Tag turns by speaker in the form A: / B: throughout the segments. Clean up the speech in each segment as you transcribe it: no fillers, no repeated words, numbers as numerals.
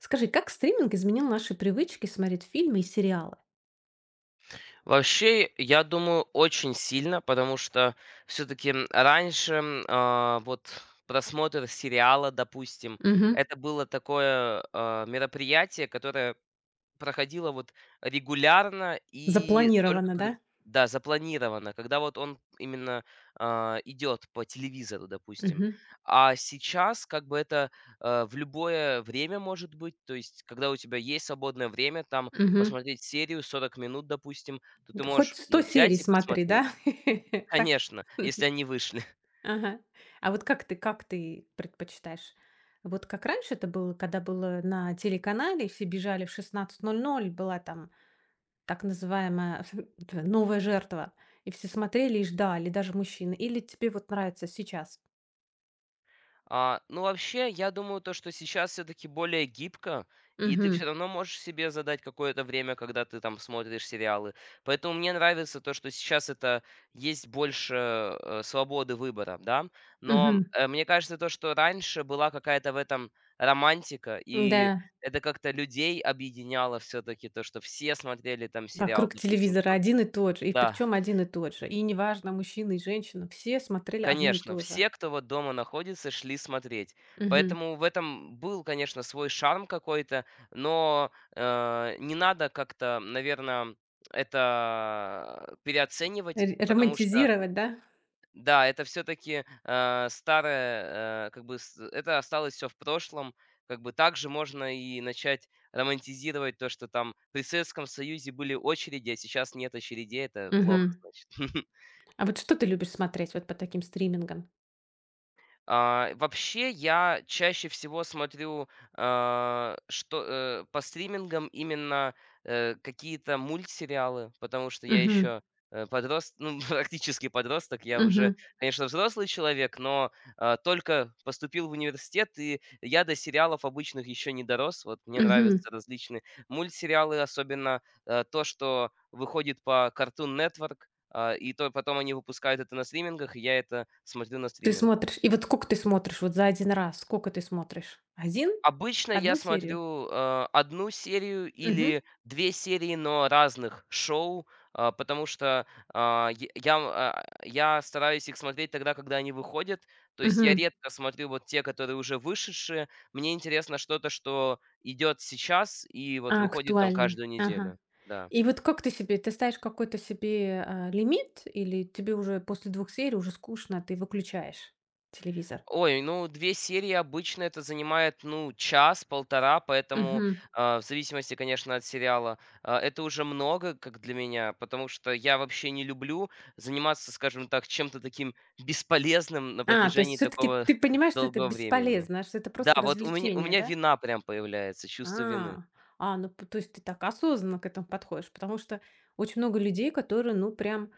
A: Скажи, как стриминг изменил наши привычки смотреть фильмы и сериалы?
B: Вообще, я думаю, очень сильно, потому что все-таки раньше вот просмотр сериала, допустим,
A: Мгм.
B: это было такое мероприятие, которое проходило вот регулярно и только
A: Запланировано,
B: ког
A: да?
B: да, запланировано, когда вот он именно, идет по телевизору, допустим.
A: Мгм.
B: А сейчас как бы это, в любое время может быть. То есть, когда у тебя есть свободное время, там
A: Мгм.
B: посмотреть серию 40 минут, допустим, то ты
A: Д Хоть
B: можешь,
A: 100
B: ну,
A: серий
B: взять и
A: смотри,
B: посмотреть.
A: да? Так?
B: Конечно, если они вышли.
A: Ага. А вот как ты предпочитаешь? Вот как раньше это было, когда было на телеканале, все бежали в 16:00, была там так называемая "Новая жертва", и все смотрели и ждали, даже мужчины. Или тебе вот нравится сейчас?
B: Ну, вообще, я думаю, то, что сейчас все-таки более гибко, и ты
A: Угу.
B: все равно можешь себе задать какое-то время, когда ты там смотришь сериалы. Поэтому мне нравится то, что сейчас это есть больше свободы выбора, да. Но
A: Угу.
B: мне кажется, то, что раньше была какая-то в этом романтика, и
A: Да.
B: это как-то людей объединяло все-таки то, что все смотрели там сериал,
A: Вокруг
B: допустим,
A: телевизора
B: кто
A: один и тот же, и
B: да.
A: причем один и тот же. И неважно, мужчина и женщина, все смотрели одно и
B: Конечно,
A: то же.
B: все, кто вот дома находится, шли смотреть.
A: Мгм.
B: Поэтому в этом был, конечно, свой шарм какой-то, но, не надо как-то, наверное, это переоценивать, потому что,
A: Романтизировать, да?
B: да, это все таки старое, как бы с это осталось все в прошлом. Как бы также можно и начать романтизировать то, что там при Советском Союзе были очереди, а сейчас нет очередей. Это плохо,
A: Мгм.
B: значит.
A: А вот что ты любишь смотреть вот по таким стримингам?
B: Вообще, я чаще всего смотрю, а, что по стримингам именно какие-то мультсериалы, потому что я
A: Мгм.
B: еще ну, практически подросток, я уже,
A: Мгм.
B: конечно, взрослый человек, но только поступил в университет, и я до сериалов обычных еще не дорос. Вот мне
A: Мгм.
B: нравятся различные мультсериалы, особенно то, что выходит по Cartoon Network, и то потом они выпускают это на стримингах, и я это смотрю на
A: Ты
B: стримингах.
A: смотришь, и вот сколько ты смотришь вот за один раз? Сколько ты смотришь? Один?
B: Обычно я
A: Одну серию?
B: смотрю, 1 серию
A: Мгм.
B: или 2 серии, но разных шоу, а, потому что, я стараюсь их смотреть тогда, когда они выходят. То есть я редко смотрю вот те, которые уже вышедшие. Мне интересно что-то, что идет сейчас и вот
A: А,
B: выходит там
A: актуальны.
B: каждую
A: Ага.
B: неделю. Да.
A: И вот как ты себе ты ставишь какой-то себе, лимит или тебе уже после двух серий уже скучно, ты выключаешь телевизор?
B: Ой, ну 2 серии обычно это занимает, ну, час-полтора, поэтому,
A: Мгм.
B: в зависимости, конечно, от сериала, это уже много, как для меня, потому что я вообще не люблю заниматься, скажем так, чем-то таким бесполезным на
A: А, то есть
B: протяжении
A: все таки
B: такого
A: ты понимаешь, что это
B: долгого времени.
A: бесполезно, что это
B: Да,
A: просто
B: вот у меня у
A: развлечение,
B: меня
A: да?
B: вина прям появляется, чувство вины.
A: А, ну, п то есть ты так осознанно к этому подходишь, потому что очень много людей, которые, ну, прям,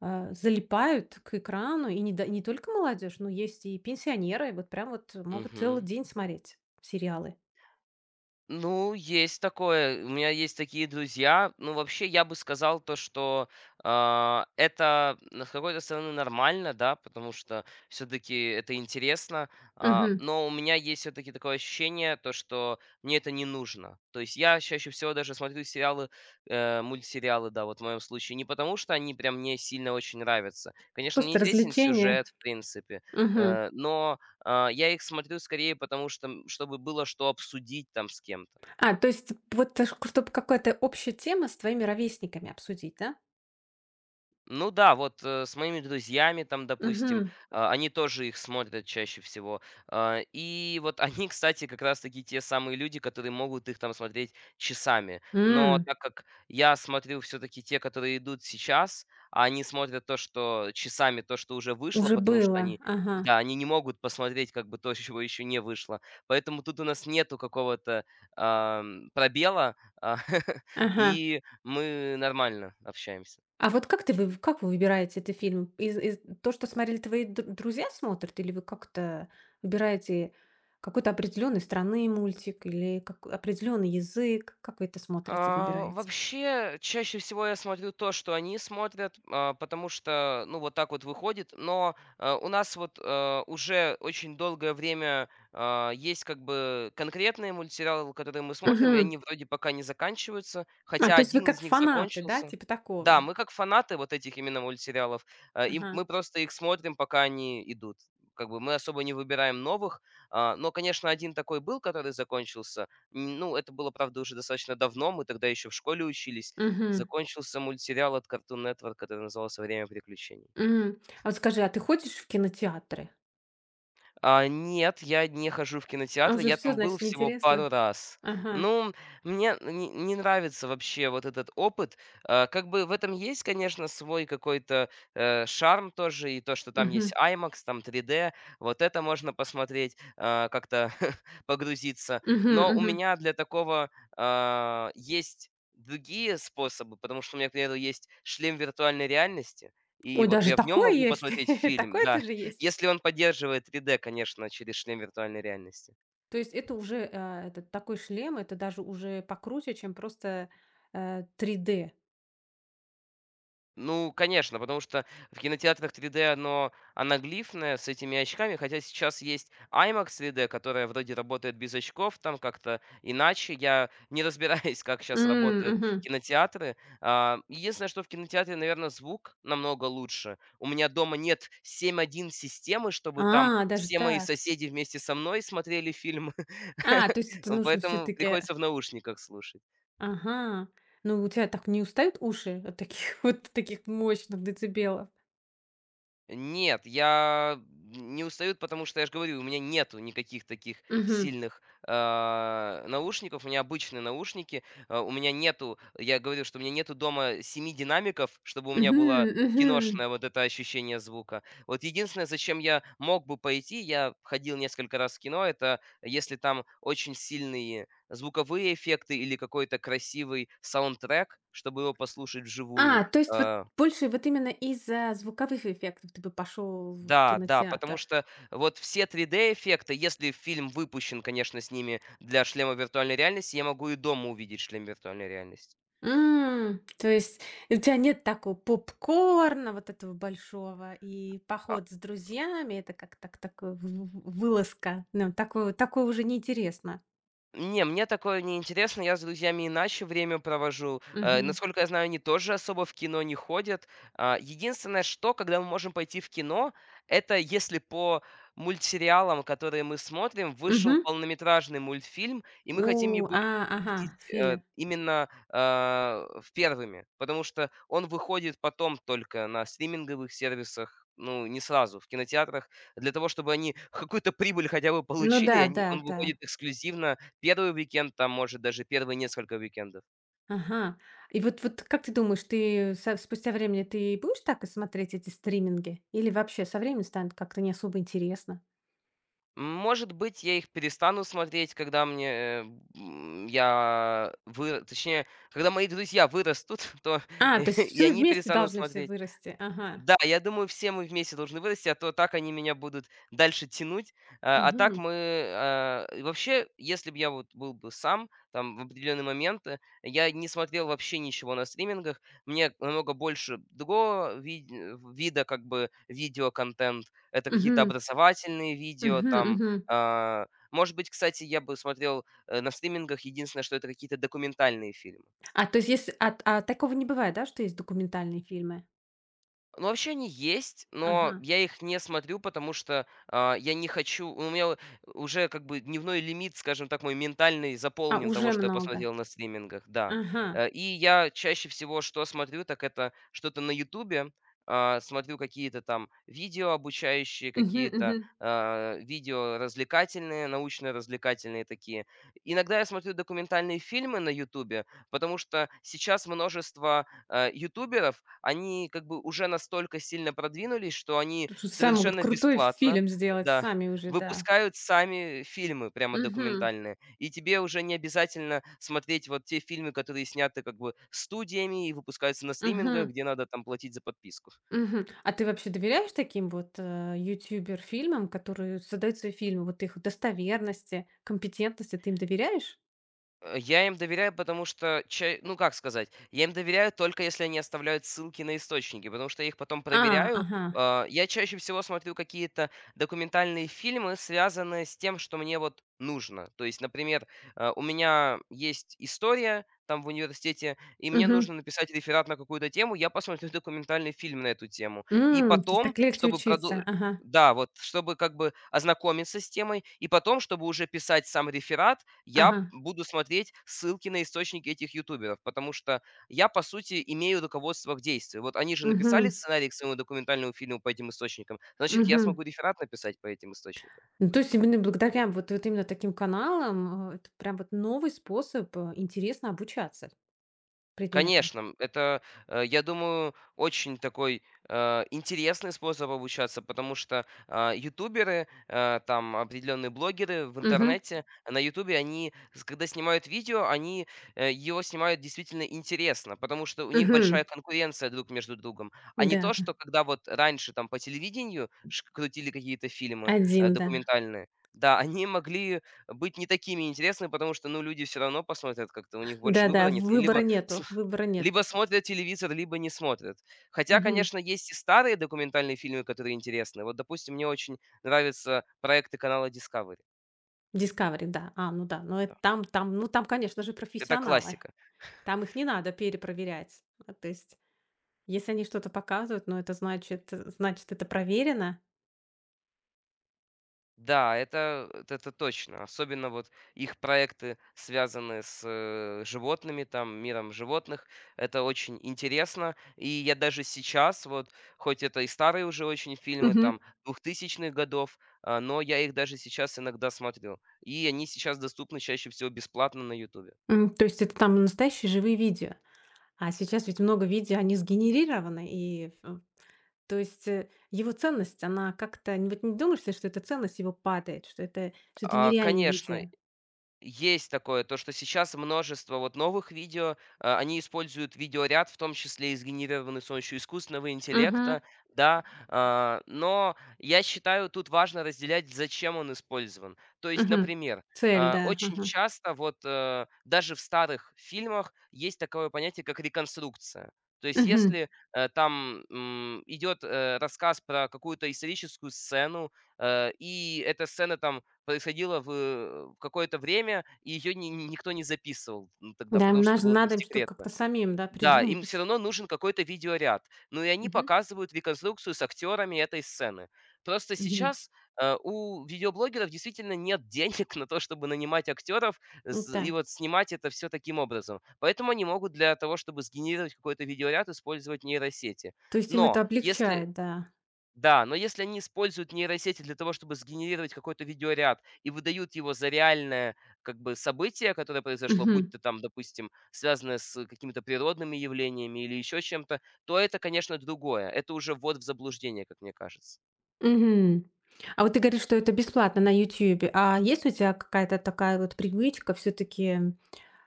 A: залипают к экрану, и не только молодежь, но есть и пенсионеры, вот прям вот могут целый
B: Мгм.
A: день смотреть сериалы.
B: Ну, есть такое. У меня есть такие друзья. Ну, вообще, я бы сказал то, что это, ну, с какой-то стороны нормально, да, потому что все-таки это интересно. Но у меня есть все-таки такое ощущение, то, что мне это не нужно. То есть я чаще всего даже смотрю сериалы, мультсериалы, да, вот в моем случае, не потому что они прям мне сильно очень нравятся. Конечно, мне
A: Просто
B: интересен
A: развлечение.
B: сюжет, в принципе,
A: Мгм.
B: но я их смотрю скорее, потому что, чтобы было что обсудить там с кем-то.
A: А, то есть вот, чтобы какая-то общая тема с твоими ровесниками обсудить, да?
B: Ну да, вот, с моими друзьями там, допустим,
A: Мгм.
B: они тоже их смотрят чаще всего. И вот они, кстати, как раз таки те самые люди, которые могут их там смотреть часами. Но
A: М,
B: так как я смотрю все таки те, которые идут сейчас, а они смотрят то, что часами, то, что уже вышло,
A: уже
B: потому что
A: было.
B: они
A: Ага.
B: да, они не могут посмотреть как бы то, чего еще не вышло. Поэтому тут у нас нету какого-то, пробела, а,
A: Ага.
B: и мы нормально общаемся.
A: А вот как вы выбираете этот фильм? Из то, что смотрели твои д друзья, смотрят, или вы как-то выбираете какой-то определенной страны мультик или как определенный язык? Как вы это смотрите, выбираете?
B: Вообще, чаще всего я смотрю то, что они смотрят, потому что, ну, вот так вот выходит. Но у нас вот уже очень долгое время есть как бы конкретные мультсериалы, которые мы смотрим, и
A: Мгм.
B: они вроде пока не заканчиваются,
A: А,
B: хотя
A: то есть вы
B: один
A: как
B: из них
A: фанаты, да,
B: закончился.
A: типа
B: Да,
A: такого?
B: мы как фанаты вот этих именно мультсериалов, и
A: Ага.
B: мы просто их смотрим, пока они идут. Как бы мы особо не выбираем новых. Но, конечно, один такой был, который закончился. Ну, это было, правда, уже достаточно давно, мы тогда еще в школе учились.
A: Мгм.
B: Закончился мультсериал от Cartoon Network, который назывался "Время приключений".
A: М. А вот скажи, а ты ходишь в кинотеатры?
B: Нет, я не хожу в
A: А
B: кинотеатры,
A: уже
B: я
A: все,
B: там был
A: значит,
B: всего
A: неинтересно?
B: пару раз.
A: Ага.
B: Ну, мне не нравится вообще вот этот опыт. Как бы в этом есть, конечно, свой какой-то, шарм тоже, и то, что там
A: Мгм.
B: есть IMAX, там 3D, вот это можно посмотреть, как-то погрузиться.
A: Мгм,
B: Но у
A: мгм.
B: меня для такого, есть другие способы, потому что у меня, к примеру, есть шлем виртуальной реальности, и
A: Ой,
B: вот
A: даже
B: я в нем
A: такое
B: могу
A: есть?
B: посмотреть фильм,
A: Такое
B: да.
A: тоже есть?
B: Если он поддерживает 3D, конечно, через шлем виртуальной реальности.
A: То есть это уже, этот такой шлем, это даже уже покруче, чем просто, 3D?
B: Ну, конечно, потому что в кинотеатрах 3D оно анаглифное с этими очками, хотя сейчас есть IMAX 3D, которая вроде работает без очков, там как-то иначе. Я не разбираюсь, как сейчас
A: М,
B: работают
A: мгм.
B: кинотеатры. Единственное, что в кинотеатре, наверное, звук намного лучше. У меня дома нет 7.1 системы, чтобы там
A: А, даже
B: все мои
A: так.
B: соседи вместе со мной смотрели фильмы.
A: А, то есть это нужно все
B: Поэтому
A: таки
B: приходится в наушниках слушать.
A: Ага. Ну, у тебя так не устают уши от таких вот таких мощных децибелов?
B: Нет, я не устают, потому что, я же говорю, у меня нету никаких таких
A: Угу.
B: сильных, наушников. У меня обычные наушники. У меня нету, я говорю, что у меня нету дома 7 динамиков, чтобы у меня
A: Угу.
B: было
A: Мгм.
B: киношное вот это ощущение звука. Вот единственное, зачем я мог бы пойти, я ходил несколько раз в кино, это если там очень сильные звуковые эффекты или какой-то красивый саундтрек, чтобы его послушать вживую.
A: А, то есть вот
B: А
A: больше вот именно из-за звуковых эффектов ты бы пошел в
B: Да, да, потому
A: кинотеатр?
B: что вот все 3D-эффекты, если фильм выпущен, конечно, с ними для шлема виртуальной реальности, я могу и дома увидеть шлем виртуальной реальности.
A: М, то есть у тебя нет такого попкорна вот этого большого, и поход с друзьями — это как так такой в вылазка. Ну, такое такое уже неинтересно.
B: Не, мне такое не интересно, я с друзьями иначе время провожу.
A: Мгм.
B: Насколько я знаю, они тоже особо в кино не ходят. Единственное, что, когда мы можем пойти в кино, это если по мультсериалам, которые мы смотрим, вышел
A: Мгм.
B: полнометражный мультфильм, и мы хотим
A: О,
B: его
A: а, ага,
B: видеть
A: фильм.
B: именно в первыми, потому что он выходит потом только на стриминговых сервисах, ну, не сразу, в кинотеатрах, для того, чтобы они какую-то прибыль хотя бы
A: Ну
B: получили,
A: да, да,
B: он
A: да.
B: выходит эксклюзивно первый уикенд, там, может, даже 1 несколько уикендов.
A: Ага. И вот как ты думаешь, ты со спустя времени ты будешь так и смотреть эти стриминги? Или вообще со временем станет как-то не особо интересно?
B: Может быть, я их перестану смотреть, когда мне, я вы, точнее, когда мои друзья вырастут, то
A: А, то есть
B: и
A: все
B: они
A: вместе
B: перестанут
A: должны все
B: смотреть.
A: вырасти. Ага.
B: Да, я думаю, все мы вместе должны вырасти, а то так они меня будут дальше тянуть. А так
A: Мгм.
B: мы, вообще, если бы я вот был бы сам, там, в определенные моменты, я не смотрел вообще ничего на стримингах, мне намного больше другого вида, как бы, видеоконтент. Это какие-то
A: Мгм.
B: образовательные видео,
A: Мгм,
B: там,
A: мгм.
B: может быть, кстати, я бы смотрел на стримингах, единственное, что это какие-то документальные фильмы.
A: А, то есть если такого не бывает, да, что есть документальные фильмы?
B: Ну, вообще они есть, но
A: Ага.
B: я их не смотрю, потому что, я не хочу, у меня уже как бы дневной лимит, скажем так, мой ментальный
A: А,
B: заполнен того,
A: уже
B: что я
A: много.
B: посмотрел на стримингах, да.
A: Ага.
B: И я чаще всего что смотрю, так это что-то на "Ютубе". Смотрю какие-то там видео обучающие,
A: Мгм,
B: какие-то,
A: мгм.
B: видео развлекательные, научно-развлекательные такие. Иногда я смотрю документальные фильмы на "Ютубе", потому что сейчас множество ютуберов, они как бы уже настолько сильно продвинулись, что они
A: Тут же сами могут
B: совершенно
A: крутой
B: бесплатно,
A: фильм сделать
B: да,
A: сами уже, да.
B: выпускают сами фильмы прямо
A: Угу.
B: документальные. И тебе уже не обязательно смотреть вот те фильмы, которые сняты как бы студиями и выпускаются на стримингах,
A: Мгм.
B: где надо там платить за подписку.
A: Мгм. А ты вообще доверяешь таким вот, ютубер-фильмам, которые создают свои фильмы? Вот их достоверности, компетентности, ты им доверяешь?
B: Я им доверяю, потому что ча ну, как сказать, я им доверяю только если они оставляют ссылки на источники, потому что я их потом
A: А,
B: проверяю.
A: ага.
B: Я чаще всего смотрю какие-то документальные фильмы, связанные с тем, что мне вот нужно. То есть, например, у меня есть история там в университете, и мне
A: Мгм.
B: нужно написать реферат на какую-то тему, я посмотрю документальный фильм на эту тему. И
A: М, то есть
B: потом,
A: так легче
B: чтобы проду
A: учиться. Ага,
B: да, вот чтобы как бы ознакомиться с темой, и потом, чтобы уже писать сам реферат, я
A: ага.
B: буду смотреть ссылки на источники этих ютуберов, потому что я, по сути, имею руководство к действию. Вот они же написали
A: Мгм,
B: сценарий к своему документальному фильму по этим источникам, значит, я
A: мгм.
B: смогу реферат написать по этим источникам.
A: Ну, то есть именно благодаря вот именно таким каналам, это прям вот новый способ, интересно обучаться предметам.
B: Конечно, это, я думаю, очень такой, интересный способ обучаться, потому что, ютуберы, там определенные блогеры в
A: Мгм,
B: интернете, на "Ютубе" они, с когда снимают видео, они, его снимают действительно интересно, потому что у них
A: мгм.
B: большая конкуренция друг между другом. А не
A: Да,
B: то, что когда вот раньше там по телевидению ш крутили какие-то фильмы,
A: один, да.
B: документальные, да, они могли быть не такими интересными, потому что, ну, люди все равно посмотрят как-то, у них больше
A: Да-да,
B: выбора нет,
A: выбора
B: либо с
A: нету, выбора
B: либо
A: нету.
B: смотрят телевизор, либо не смотрят. Хотя,
A: Мгм.
B: конечно, есть и старые документальные фильмы, которые интересны. Вот, допустим, мне очень нравятся проекты канала Discovery.
A: Discovery, да. А, ну да, но это
B: Да.
A: там, ну, там, конечно же,
B: Это
A: профессионалы.
B: классика.
A: Там их не надо перепроверять. А, то есть, если они что-то показывают, ну, это значит, это проверено.
B: Да, это точно. Особенно вот их проекты, связанные с животными, там, миром животных. Это очень интересно. И я даже сейчас, вот, хоть это и старые уже очень фильмы,
A: Мгм.
B: там, 2000-х годов, но я их даже сейчас иногда смотрю. И они сейчас доступны чаще всего бесплатно на YouTube.
A: М, то есть это там настоящие живые видео. А сейчас ведь много видео, они сгенерированы, и, ф то есть, его ценность, она как-то не вот не думаешь ли, что эта ценность его падает, что это нереальные
B: Конечно,
A: видео?
B: есть такое, то, что сейчас множество вот новых видео, они используют видеоряд, в том числе и сгенерированный с помощью искусственного
A: Мгм,
B: интеллекта, да, но я считаю, тут важно разделять, зачем он использован. То есть,
A: мгм.
B: например,
A: Цель, да,
B: очень
A: ага.
B: часто вот даже в старых фильмах есть такое понятие, как реконструкция. То есть,
A: Мгм.
B: если там идет рассказ про какую-то историческую сцену, и эта сцена там происходило в какое-то время, и ее никто не записывал, тогда,
A: Да, им
B: потому что
A: наж
B: это было там
A: надо им что-то
B: секретно.
A: как-то самим, да,
B: Да, им все
A: придумывать.
B: равно нужен какой-то видеоряд. Ну и они
A: Мгм,
B: показывают реконструкцию с актерами этой сцены. Просто
A: мгм.
B: сейчас, у видеоблогеров действительно нет денег на то, чтобы нанимать актеров с
A: М-да.
B: и вот снимать это все таким образом. Поэтому они могут для того, чтобы сгенерировать какой-то видеоряд, использовать нейросети.
A: То есть им это
B: Но если
A: облегчает, да.
B: Да, но если они используют нейросети для того, чтобы сгенерировать какой-то видеоряд и выдают его за реальное как бы событие, которое произошло, будь
A: Мгм,
B: то там, допустим, связанное с какими-то природными явлениями или еще чем-то, то это, конечно, другое. Это уже ввод в заблуждение, как мне кажется.
A: мгм. А вот ты говоришь, что это бесплатно на "Ютьюбе". А есть у тебя какая-то такая вот привычка все таки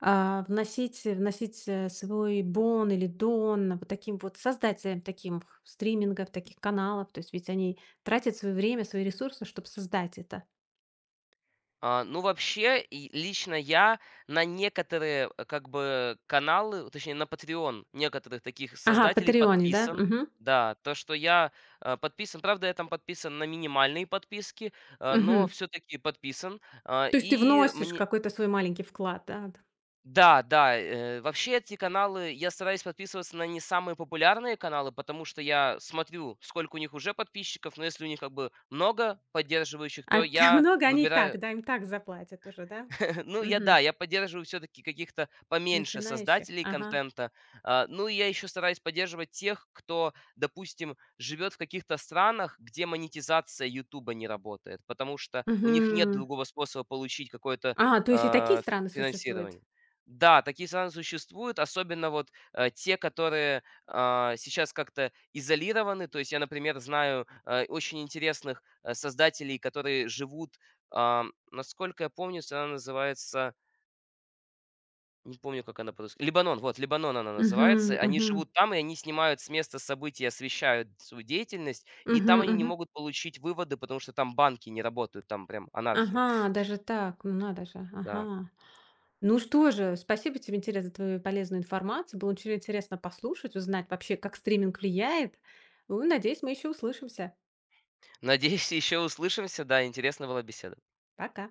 A: вносить, свой бон или дон вот таким вот создателям таким х стримингов, таких каналов? То есть ведь они тратят свое время, свои ресурсы, чтобы создать это.
B: Ну, вообще, и лично я на некоторые, как бы, каналы, точнее, на Patreon некоторых таких
A: Ага,
B: создателей
A: "Патреоне", да?
B: подписан.
A: Мгм,
B: Да, то, что я, подписан. Правда, я там подписан на минимальные подписки, но
A: мгм.
B: все таки подписан.
A: То есть ты
B: И
A: вносишь
B: мне
A: какой-то свой маленький вклад, да? Да.
B: Да, да, вообще эти каналы я стараюсь подписываться на не самые популярные каналы, потому что я смотрю, сколько у них уже подписчиков, но если у них, как бы, много поддерживающих,
A: А
B: то
A: т
B: я
A: много они и так,
B: выбираю.
A: да, им так заплатят уже, да?
B: Ну, я да,
A: Мгм.
B: я поддерживаю все-таки каких-то поменьше
A: Начинающих?
B: создателей
A: Ага.
B: контента. Ну, и я еще стараюсь поддерживать тех, кто, допустим, живет в каких-то странах, где монетизация Ютуба не работает, потому что у них нет
A: Мгм.
B: другого способа получить какое-то
A: А, то есть и такие страны существуют?
B: финансирование. Да, такие страны существуют, особенно вот те, которые сейчас как-то изолированы. То есть я, например, знаю очень интересных создателей, которые живут. Насколько я помню, она называется, не помню, как она по-русски. Лебанон, вот, Лебанон она
A: Мгм,
B: называется. Они
A: мгм.
B: живут там, и они снимают с места событий, освещают свою деятельность, и
A: Мгм,
B: там они не
A: мгм.
B: могут получить выводы, потому что там банки не работают, там прям анархия.
A: Ага, даже так, ну надо же,
B: Да.
A: ага. Ну что же, спасибо тебе, интерес за твою полезную информацию. Было очень интересно послушать, узнать вообще, как стриминг влияет. Ну, надеюсь, мы еще услышимся.
B: Надеюсь, еще услышимся. Да, интересна была беседа.
A: Пока.